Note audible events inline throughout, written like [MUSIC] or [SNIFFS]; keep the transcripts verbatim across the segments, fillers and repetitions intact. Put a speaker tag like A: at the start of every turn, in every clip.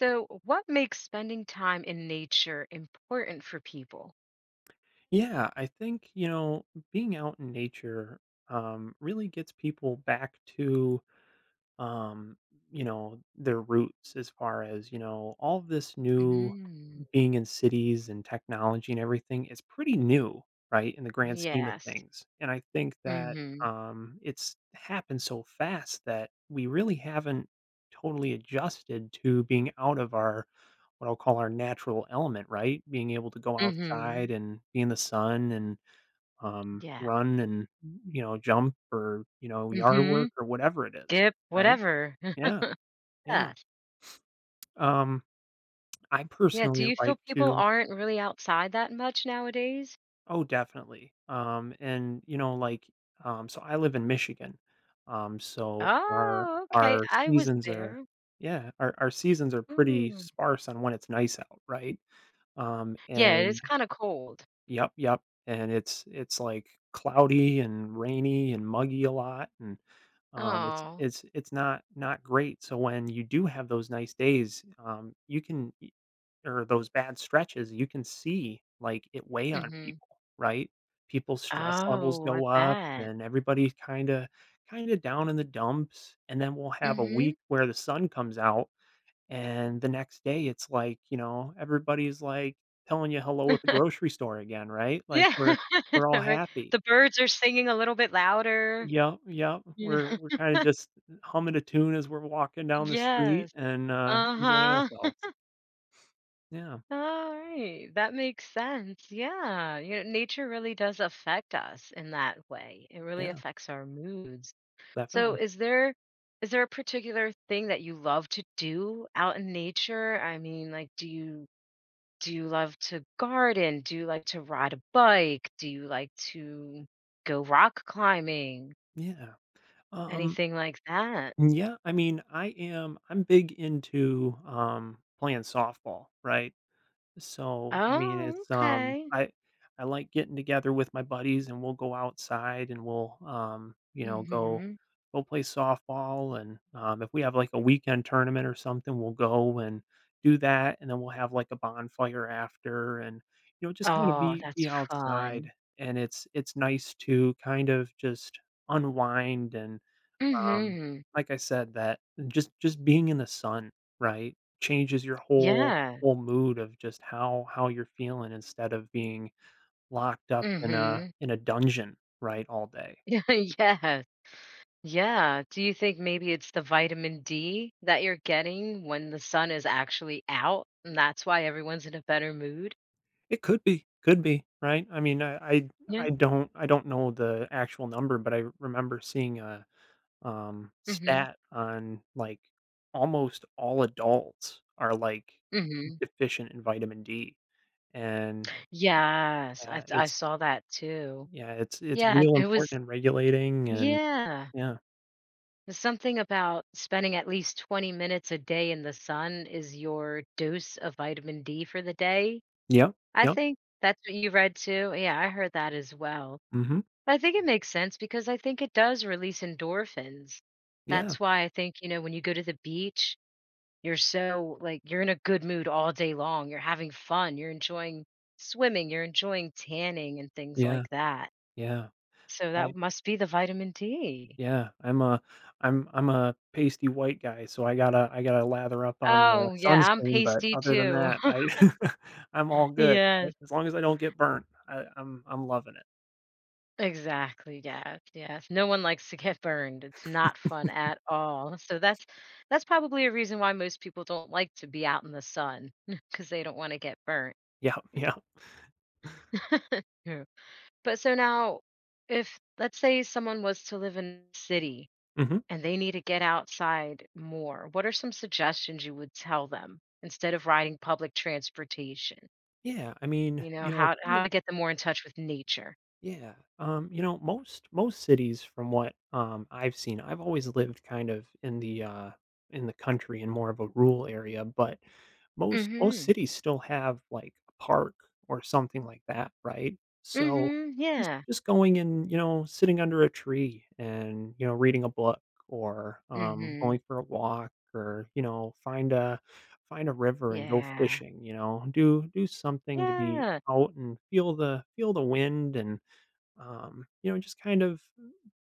A: So, what makes spending time in nature important for people?
B: Yeah, I think, you know, being out in nature um, really gets people back to, um, you know, their roots as far as, you know, all of this new
A: Mm.
B: being in cities and technology and everything is pretty new, right, in the grand scheme of
A: Yes.
B: things. And I think that
A: Mm-hmm.
B: um, it's happened so fast that we really haven't totally adjusted to being out of our what I'll call our natural element, right? Being able to go
A: Mm-hmm.
B: outside and be in the sun and um,
A: Yeah.
B: run and, you know, jump or, you know, yard
A: Mm-hmm.
B: work or whatever it is,
A: Dip,
B: right?
A: whatever.
B: Yeah,
A: [LAUGHS]
B: yeah.
A: Yes.
B: Um, I
A: Yeah. Do
B: personally
A: you feel
B: like
A: people
B: to
A: aren't really outside that much nowadays?
B: oh, definitely. Um, and, you know, like, um, so I live in Michigan. Um, so our
A: Oh, okay.
B: our
A: I was
B: seasons are
A: there.
B: yeah, our, our seasons are pretty
A: Mm.
B: sparse on when it's nice out, right? Um,
A: Yeah, it is
B: and
A: kind of cold.
B: yep, yep, and it's it's, like, cloudy and rainy and muggy a lot, and, um, it's
A: Oh.
B: it's it's not not great, so when you do have those nice days, um, you can y or those bad stretches, you can see, like, it weigh on
A: Mm-hmm.
B: people, right? People's stress levels
A: Oh, I
B: go up,
A: bet.
B: and everybody's kinda kinda down in the dumps, and then we'll have a
A: Mm-hmm.
B: week where the sun comes out and the next day, it's like, you know, everybody's like telling you hello at the
A: [LAUGHS]
B: grocery store again, right? Like
A: Yeah.
B: we're we're
A: [LAUGHS]
B: all
A: Right.
B: happy.
A: The birds are singing a little bit louder.
B: Yep, yep.
A: You
B: We're
A: know.
B: we're kind of just humming a tune as we're walking down the
A: Yes.
B: street and uh, enjoying
A: Uh-huh.
B: ourselves. Yeah,
A: Alright, that makes sense, yeah, you know, nature really does affect us in that way, it really
B: yeah,
A: affects our moods. So
B: definitely.
A: is there is there a particular thing that you love to do out in nature? I mean, like, do you do you love to garden? Do you like to ride a bike? Do you like to go rock climbing?
B: Yeah. Um.
A: Anything like that?
B: Yeah. I mean, I am. I'm big into um playing softball, right? So, I mean,
A: Oh,
B: it's, um,
A: okay.
B: I I like getting together with my buddies and we'll go outside and we'll, um, you know, go
A: Mhm.
B: go play softball and, um, if we have like a weekend tournament or something, we'll go and do that and then we'll have like a bonfire after and, you know, just kind of
A: Oh,
B: be
A: that's
B: be
A: fun.
B: outside and it's it's nice to kind of just unwind and um,
A: Mhm.
B: like I said, that just just being in the sun, right, changes your whole
A: Yeah.
B: whole mood of just how how you're feeling instead of being locked up in a
A: Mhm.
B: in a dungeon, right, all day.
A: [LAUGHS] Yes. Yeah. Do you think maybe it's the vitamin D that you're getting when the sun is actually out, and that's why everyone's in a better mood?
B: It could be, could be, right? I mean, I I,
A: Yeah.
B: I don't I don't know the actual number, but I remember seeing a um
A: Mhm.
B: stat on like almost all adults are like
A: Mhm.
B: deficient in vitamin D, and
A: Yes, I
B: uh,
A: I
B: it's
A: saw that too.
B: yeah, it's it's
A: Yeah, and
B: real
A: it was
B: important in regulating and
A: yeah.
B: yeah.
A: There's something about spending at least twenty minutes a day in the sun is your dose of vitamin D for the day.
B: Yep,
A: I
B: yep,
A: think that's what you read too. Yeah, I heard that as well.
B: mhm,
A: I think it makes sense because I think it does release endorphins.
B: yeah,
A: That's why I think, you know, when you go to the beach, you're so like you're in a good mood all day long. You're having fun. You're enjoying swimming. You're enjoying tanning and things
B: yeah,
A: like that.
B: yeah,
A: So
B: I
A: that must be the vitamin D.
B: yeah, I'm a I'm I'm a pasty white guy, so I gotta I gotta lather up on the
A: Oh, yeah, I'm
B: sunscreen, but
A: pasty
B: other than
A: too.
B: that,
A: [LAUGHS]
B: I [LAUGHS] I'm all good,
A: Yes.
B: right? As long as I don't get burnt, I I'm I'm loving it.
A: Exactly, yes, yes. No one likes to get burned. It's not fun at all. So that's that's probably a reason why most people don't like to be out in the sun [LAUGHS] because they don't wanna get burnt.
B: Yeah, yeah,
A: [LAUGHS] Yeah. But so now if let's say someone was to live in a city
B: mhm.
A: and they need to get outside more, what are some suggestions you would tell them instead of riding public transportation?
B: Yeah, I mean,
A: You know,
B: you know,
A: how
B: kind
A: how
B: of
A: to get them more in touch with nature?
B: yeah, um, you know, most most cities from what, um, I've seen I've always lived kind of in the, uh, in the country in more of a rural area, but most most
A: Mhm.
B: cities still have, like, a park or something like that, right? So,
A: Mhm,
B: just
A: yeah.
B: just going and, you know, sitting under a tree and, you know, reading a book or, um,
A: Mhm,
B: going for a walk or, you know, find a find a river and go
A: yeah.
B: fishing, you know? Do do something to be
A: Yeah.
B: out and feel the feel the wind and um, you know, just kind of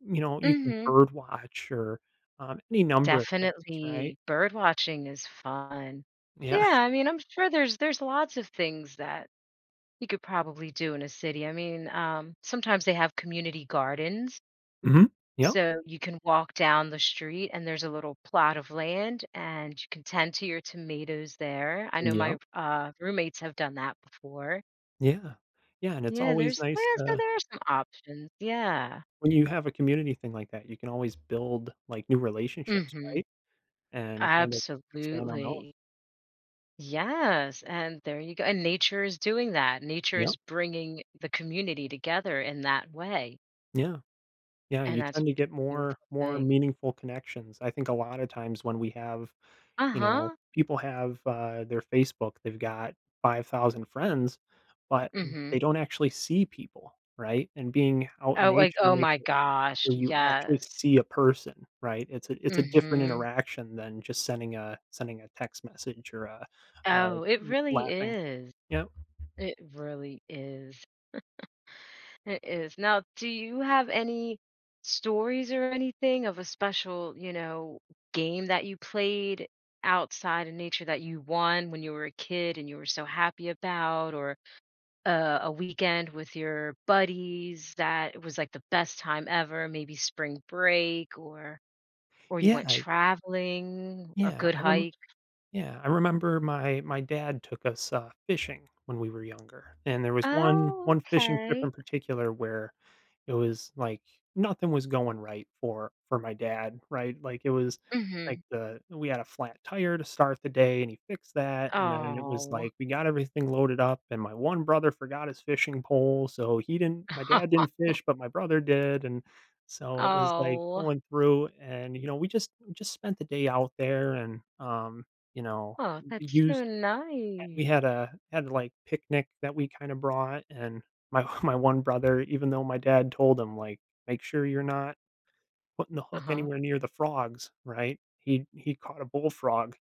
B: you know, you can
A: Mhm.
B: bird watch or, um, any number of things, right?
A: Definitely. Bird watching is fun.
B: Yeah.
A: Yeah, I
B: [LAUGHS]
A: mean, I'm sure there's there's lots of things that you could probably do in a city. I mean, um, sometimes they have community gardens,
B: Mhm. Yep.
A: so you can walk down the street and there's a little plot of land and you can tend to your tomatoes there. I know my
B: Yep.
A: uh, roommates have done that before.
B: Yeah. Yeah, and it's
A: Yeah,
B: always
A: there's
B: nice
A: yeah, so
B: to
A: there are some options. Yeah.
B: when you have a community thing like that, you can always build, like, new relationships,
A: Mhm.
B: right? And kind of expand on those.
A: Absolutely. Yes, and there you go. And nature is doing that. Nature
B: Yep.
A: is bringing the community together in that way,
B: Yeah. Yeah,
A: and
B: you
A: that's a
B: tend to get more
A: beautiful
B: more
A: thing.
B: meaningful connections. I think a lot of times when we have you know,
A: Uh-huh.
B: people have, uh, their Facebook, they've got five thousand friends, but
A: Mhm.
B: they don't actually see people, right? And being out in
A: Oh, like,
B: nature
A: oh
B: makes
A: my
B: it
A: gosh,
B: where you actually
A: yes.
B: see a person, right? It's a it's a different
A: Mhm.
B: interaction than just sending a sending a text message or a, uh,
A: Oh, it really
B: laughing.
A: is.
B: Yep.
A: It really is. It is. Now, do you have any stories or anything of a special, you know, game that you played outside in nature that you won when you were a kid and you were so happy about, or a, a weekend with your buddies that was like the best time ever, maybe spring break or or you
B: Yeah,
A: went traveling, a
B: yeah,
A: good
B: I remember.
A: hike.
B: Yeah, I remember my my dad took us, uh, fishing when we were younger, and there was one
A: Oh,
B: one fishing trip
A: okay.
B: in particular where it was, like, nothing was going right for for my dad, right? Like, it was,
A: Mm-hmm.
B: like, the we had a flat tire to start the day, and he fixed that, and then it was,
A: Oh.
B: like, we got everything loaded up, and my one brother forgot his fishing pole, so he didn't my dad
A: [LAUGHS]
B: didn't fish, but my brother did, and so it was, like,
A: Oh.
B: going through and, you know, we just we just spent the day out there and, um you know,
A: Oh, that's so
B: used we
A: nice.
B: had a had, like, picnic that we kinda brought, and my [LAUGHS] my one brother, even though my dad told him, like, "Make sure you're not putting the hook
A: Uh-huh.
B: anywhere near the frogs," right? He he caught a bullfrog,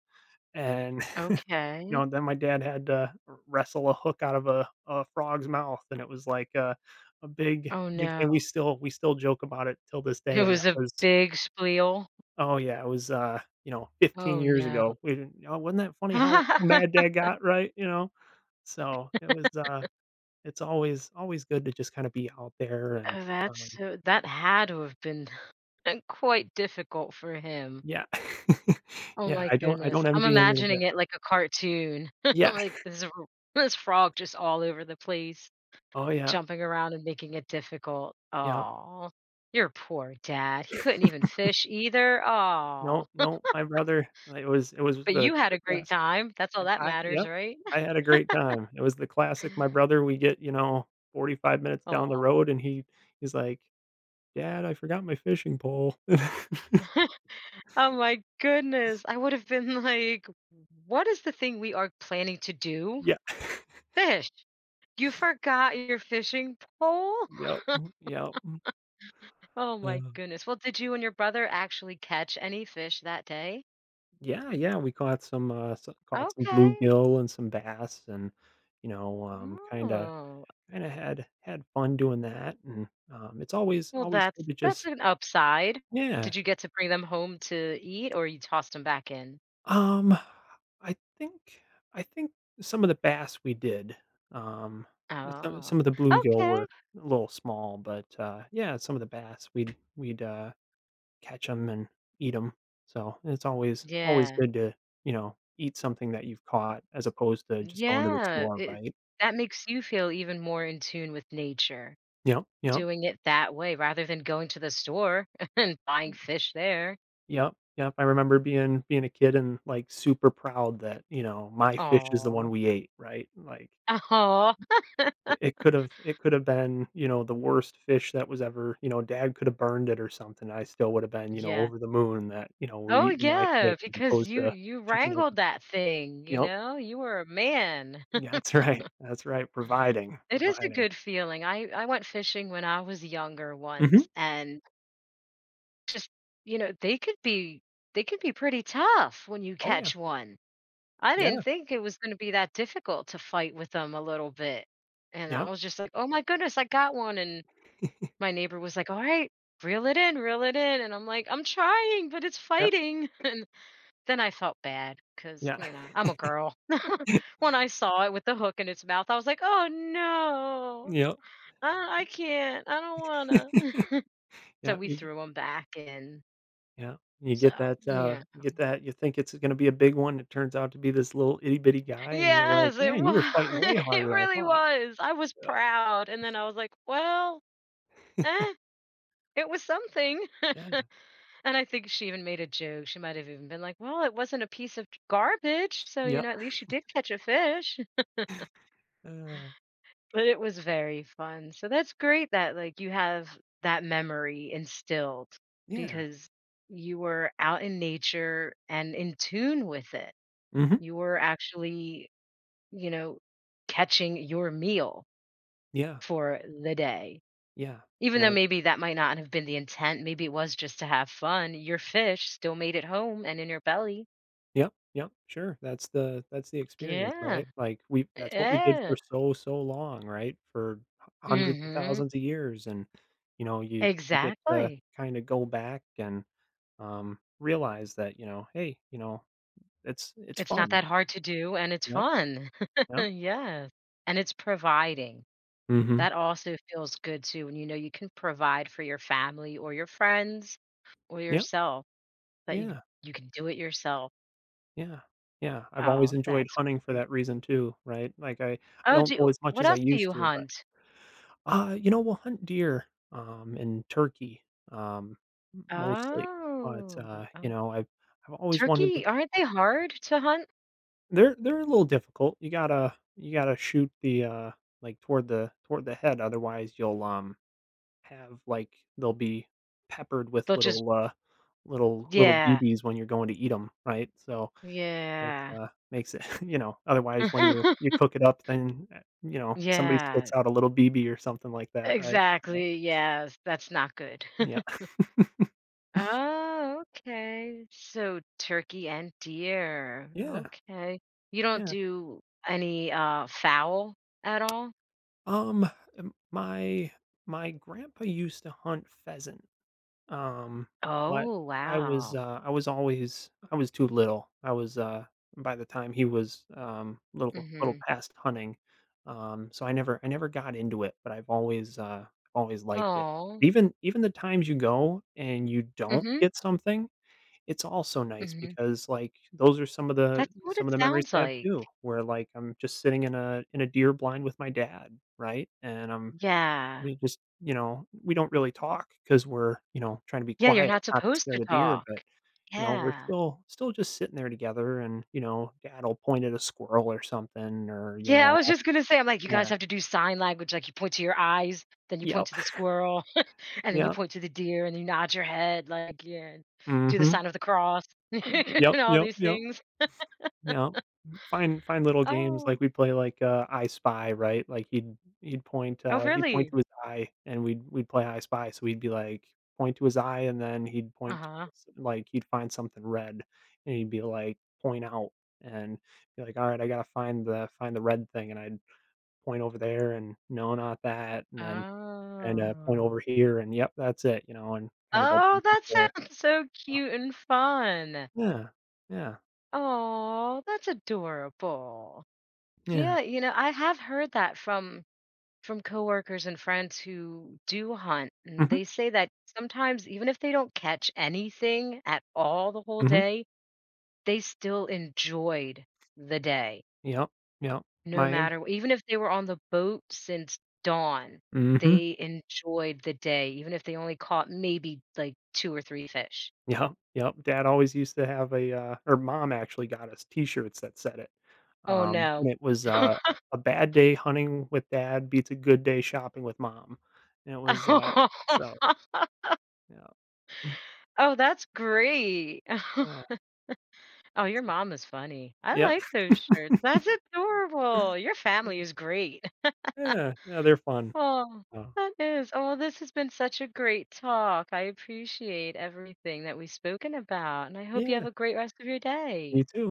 B: and, [LAUGHS] you
A: Okay.
B: know, then my dad had to wrestle a hook out of a a frog's mouth, and it was like a a big
A: Oh
B: big thing.
A: no.
B: We still we still joke about it till this
A: It
B: day, and that
A: was a
B: was
A: big spiel.
B: oh, yeah, it was, uh, you know, fifteen
A: Oh
B: years
A: no.
B: ago. We didn't "Oh, wasn't that funny how mad
A: [LAUGHS]
B: dad got?" Right? You know? So, it was, uh it's always always good to just kinda be out there and,
A: Oh,
B: um
A: that's so, that had to have been [LAUGHS] quite difficult for him.
B: yeah. [LAUGHS]
A: Oh
B: Yeah,
A: my
B: I don't I
A: goodness.
B: don't
A: I'm
B: envy him in a
A: imagining
B: bit.
A: it like a cartoon. [LAUGHS]
B: Yeah.
A: Like this r this frog just all over the place,
B: Oh, yeah.
A: jumping around and making it difficult.
B: Yeah.
A: Oh, your poor dad. He couldn't even fish either. Oh,
B: No, no, my brother it was it was
A: but
B: the
A: you had
B: the
A: a great
B: class
A: time. That's all that
B: I
A: matters,
B: yep.
A: right?
B: I
A: [LAUGHS]
B: had a great time. It was the classic, my brother, we get, you know, forty-five minutes down the
A: Oh,
B: road, and he he's like, "Dad, I forgot my fishing pole." [LAUGHS]
A: oh my goodness. I would have been [LAUGHS] like, "What is the thing we are planning to do?"
B: Yeah.
A: Fish. You forgot your fishing pole?
B: Yep.
A: [LAUGHS]
B: Yep.
A: Oh my
B: Uh
A: goodness. Well, did you and your brother actually catch any fish that day?
B: yeah, yeah, we caught some, uh, s caught some
A: Okay.
B: bluegill and some bass and, you know, um, kinda
A: Oh.
B: kinda had had fun doing that, and, um, it's always
A: Well,
B: always
A: that's
B: good to
A: that's
B: just
A: an upside.
B: yeah.
A: Did you get to bring them home to eat or you tossed them back in?
B: Um, I think I think some of the bass we did, um, some
A: Oh.
B: some of the bluegill
A: Okay.
B: were a little small, but, uh, yeah, some of the bass we'd we'd, uh catch 'em and eat 'em. So, it's always always
A: Yeah.
B: good to, you know, eat something that you've caught as opposed to just going to the
A: Yeah.
B: store,
A: It
B: right?
A: that makes you feel even more in tune with nature,
B: Yep, yep.
A: doing it that way rather than going to the store [LAUGHS] and buying
B: Y
A: fish there.
B: yep, yep. I remember being being a kid and, like, super proud that, you know, my fish is the
A: Oh.
B: one we ate, right? Like,
A: Oh.
B: I it could've it could've been, you know, the worst fish that was ever you know, dad could've burned it or something, I still would've been, you know,
A: Yeah.
B: over the moon that, you know, we're
A: Oh,
B: eating my
A: yeah,
B: fish as
A: because
B: opposed
A: you
B: to
A: you
B: chicken
A: wrangled that thing, you
B: yep.
A: know? You were a man.
B: Yeah,
A: [LAUGHS]
B: that's [LAUGHS] right, that's right, providing,
A: It is a
B: providing.
A: good feeling. I I went fishing when I was younger
B: Mhm.
A: once and just, you know, they could be they could be pretty tough when you
B: Oh, yeah.
A: catch one. I didn't
B: Yeah.
A: think it was gonna be that difficult to fight with them a little bit. And
B: Yeah,
A: I was just like, "Oh my goodness, I got one." And my neighbor was like, "All right, reel it in, reel it in." And I'm like, "I'm trying, but it's
B: yeah,
A: fighting." [LAUGHS] And then I felt bad because
B: yeah.
A: you know, I'm a girl. When I saw it with the hook in its mouth, I was like, "Oh, no.
B: [LAUGHS] Yeah,
A: I I can't. I don't wanna."
B: [LAUGHS]
A: [LAUGHS] So
B: yeah.
A: we
B: You g
A: threw him back in.
B: yeah. You
A: So,
B: get that, uh,
A: yeah.
B: you get that you think it's gonna be a big one, it turns out to be this little itty bitty guy, and you're like,
A: Yes, it
B: "Man, you were fighting
A: was.
B: way
A: [LAUGHS] It
B: harder than I
A: really
B: thought."
A: was. I was
B: Yeah.
A: proud, and then I was like, "Well, eh, it was something."
B: Yeah.
A: And I think she even made a joke. She might have even been like, "Well, it wasn't a piece of garbage, so, you
B: Yeah.
A: know, at least you did catch a fish."
B: Uh,
A: But it was very fun. So that's great that, like, you have that memory instilled
B: yeah.
A: because you were out in nature and in tune with it.
B: Mhm.
A: You were actually, you know, catching your meal
B: Yeah.
A: for the day.
B: Yeah.
A: Even
B: And
A: though
B: I
A: maybe that might not have been the intent, maybe it was just to have fun, your fish still made it home and in your belly.
B: yep, yep, sure, that's the that's the experience,
A: Yeah.
B: right? Like, we that's what we did
A: Yeah.
B: for so, so long, right? For h hundreds of
A: Mhm.
B: thousands of years, and, you know, you you get to
A: Exactly.
B: kinda go back and, um, realize that, you know, "Hey," you know, "it's it's
A: It's not
B: fun."
A: that hard to do, and it's
B: Yeah,
A: fun. [LAUGHS]
B: yeah,
A: Yes, and it's providing.
B: mhm.
A: That also feels good too when you know you can provide for your family or your friends or
B: Yep.
A: yourself, that you
B: Yeah,
A: you can do it yourself.
B: yeah, yeah, I've always
A: Oh,
B: enjoyed
A: that's
B: hunting for
A: great.
B: that reason too, right? Like, I I
A: Oh,
B: don't go
A: do
B: as much
A: what
B: as I
A: else do
B: used
A: you
B: to, but
A: hunt?
B: Uh, you know, we'll hunt deer, um, and turkey, um, m mostly, but,
A: Oh,
B: uh, you
A: oh,
B: know, I've I've always wanted to
A: turkey, aren't they hard to hunt?
B: they're they're a little difficult. You gotta you gotta shoot the, uh, like, toward the toward the head, otherwise you'll, um, have, like they'll be peppered with
A: They'll just
B: little, uh, little little
A: yeah,
B: B Bs when you're going to eat them, right? So, it,
A: yeah.
B: uh, makes it [LAUGHS] you know, otherwise when you're you
A: [LAUGHS]
B: cook it up, then, eh, you know, somebody
A: Yeah,
B: spits out a little B B or something like that, right? Yep.
A: exactly, yes, that's not good.
B: Yeah.
A: [LAUGHS] Oh, okay. So turkey and deer.
B: Yeah.
A: Okay. You don't
B: Yeah.
A: do any uh fowl at all?
B: Um, m my my grandpa used to hunt pheasant, um, but
A: Oh,
B: I was,
A: wow.
B: uh, I was always I was too little. I was, uh by the time he was, um, little little
A: Hmm.
B: past hunting, um, so I never I never got into it, but I've always, uh, always liked it.
A: Oh.
B: Even even the times you go and you don't
A: Hmm.
B: get something it's also nice
A: Hmm.
B: because, like, those are some of the
A: That's what
B: some
A: it
B: of the memories
A: sounds
B: I have
A: like.
B: too, where, like, I'm just sitting in a in a deer blind with my dad, right? And I'm
A: Yeah.
B: we just you know, we don't really talk because 'cause we're, you know, trying to be
A: Yeah, you're
B: quiet,
A: not
B: not to
A: supposed
B: scare
A: to
B: the deer,
A: talk.
B: but, you know, we're
A: Yeah.
B: still still just sitting there together and, you know, dad'll point at a squirrel or something or, you
A: Yeah, I
B: know,
A: was
B: I'll
A: just gonna say, I'm like, you guys
B: yeah.
A: have to do sign language, like you point to your eyes, then you point
B: Yep.
A: to the squirrel. And then you
B: Yep.
A: point to the deer and you nod your head, like, yeah, do the
B: Mhm.
A: sign of the cross [LAUGHS]
B: Yep,
A: and all
B: yep,
A: these
B: yep.
A: things.
B: Yep. Find find little games, like,
A: Oh.
B: we play, like, uh, I Spy, right? Like, he'd he'd point,
A: Oh,
B: uh, he'd point
A: really?
B: to his eye, and we'd we'd play I Spy, so we'd be like, point to his eye, and then he'd point to
A: Uh-huh.
B: this like, he'd find something red, and he'd be like, "Point out," and be like, "Alright, I gotta find the find the red thing," and I'd point over there, and, "No, not that," and then kinda point
A: Oh.
B: over here, and, "Yep, that's it," you know, and kinda go
A: Oh,
B: back and
A: that
B: forth.
A: sounds so cute and fun.
B: Yeah. Yeah.
A: Oh, that's adorable.
B: Yeah.
A: Yeah, you know, I have heard that from from coworkers and friends who do hunt, and
B: Mhm.
A: they say that sometimes even if they don't catch anything at all the whole
B: Mhm.
A: day, they still enjoyed the day.
B: Yep. Yep.
A: No
B: My
A: matter wh- even if they were on the boat since dawn,
B: mhm.
A: they enjoyed the day, even if they only caught maybe, like, two or three fish.
B: Yep, yep, dad always used to have a, uh or mom actually got us T-shirts that said it,
A: Oh,
B: um, and
A: no.
B: it was, uh, "A bad day hunting with dad beats a good day shopping with mom," and it was, uh so,
A: [LAUGHS]
B: yeah. [CLEARS THROAT] [LAUGHS]
A: Oh, that's great. [LAUGHS]
B: Yeah,
A: Oh, your
B: so
A: mom is funny. I
B: yeah.
A: like
B: [SNIFFS]
A: those shirts. That's adorable. Your family is
B: [LAUGHS]
A: great. [LAUGHS]
B: Yeah, yeah, they're fun,
A: Oh,
B: so
A: that is. Oh, this has been such a great talk. I appreciate everything that we've spoken about, and I hope you have
B: yeah,
A: a great rest of your day.
B: you too.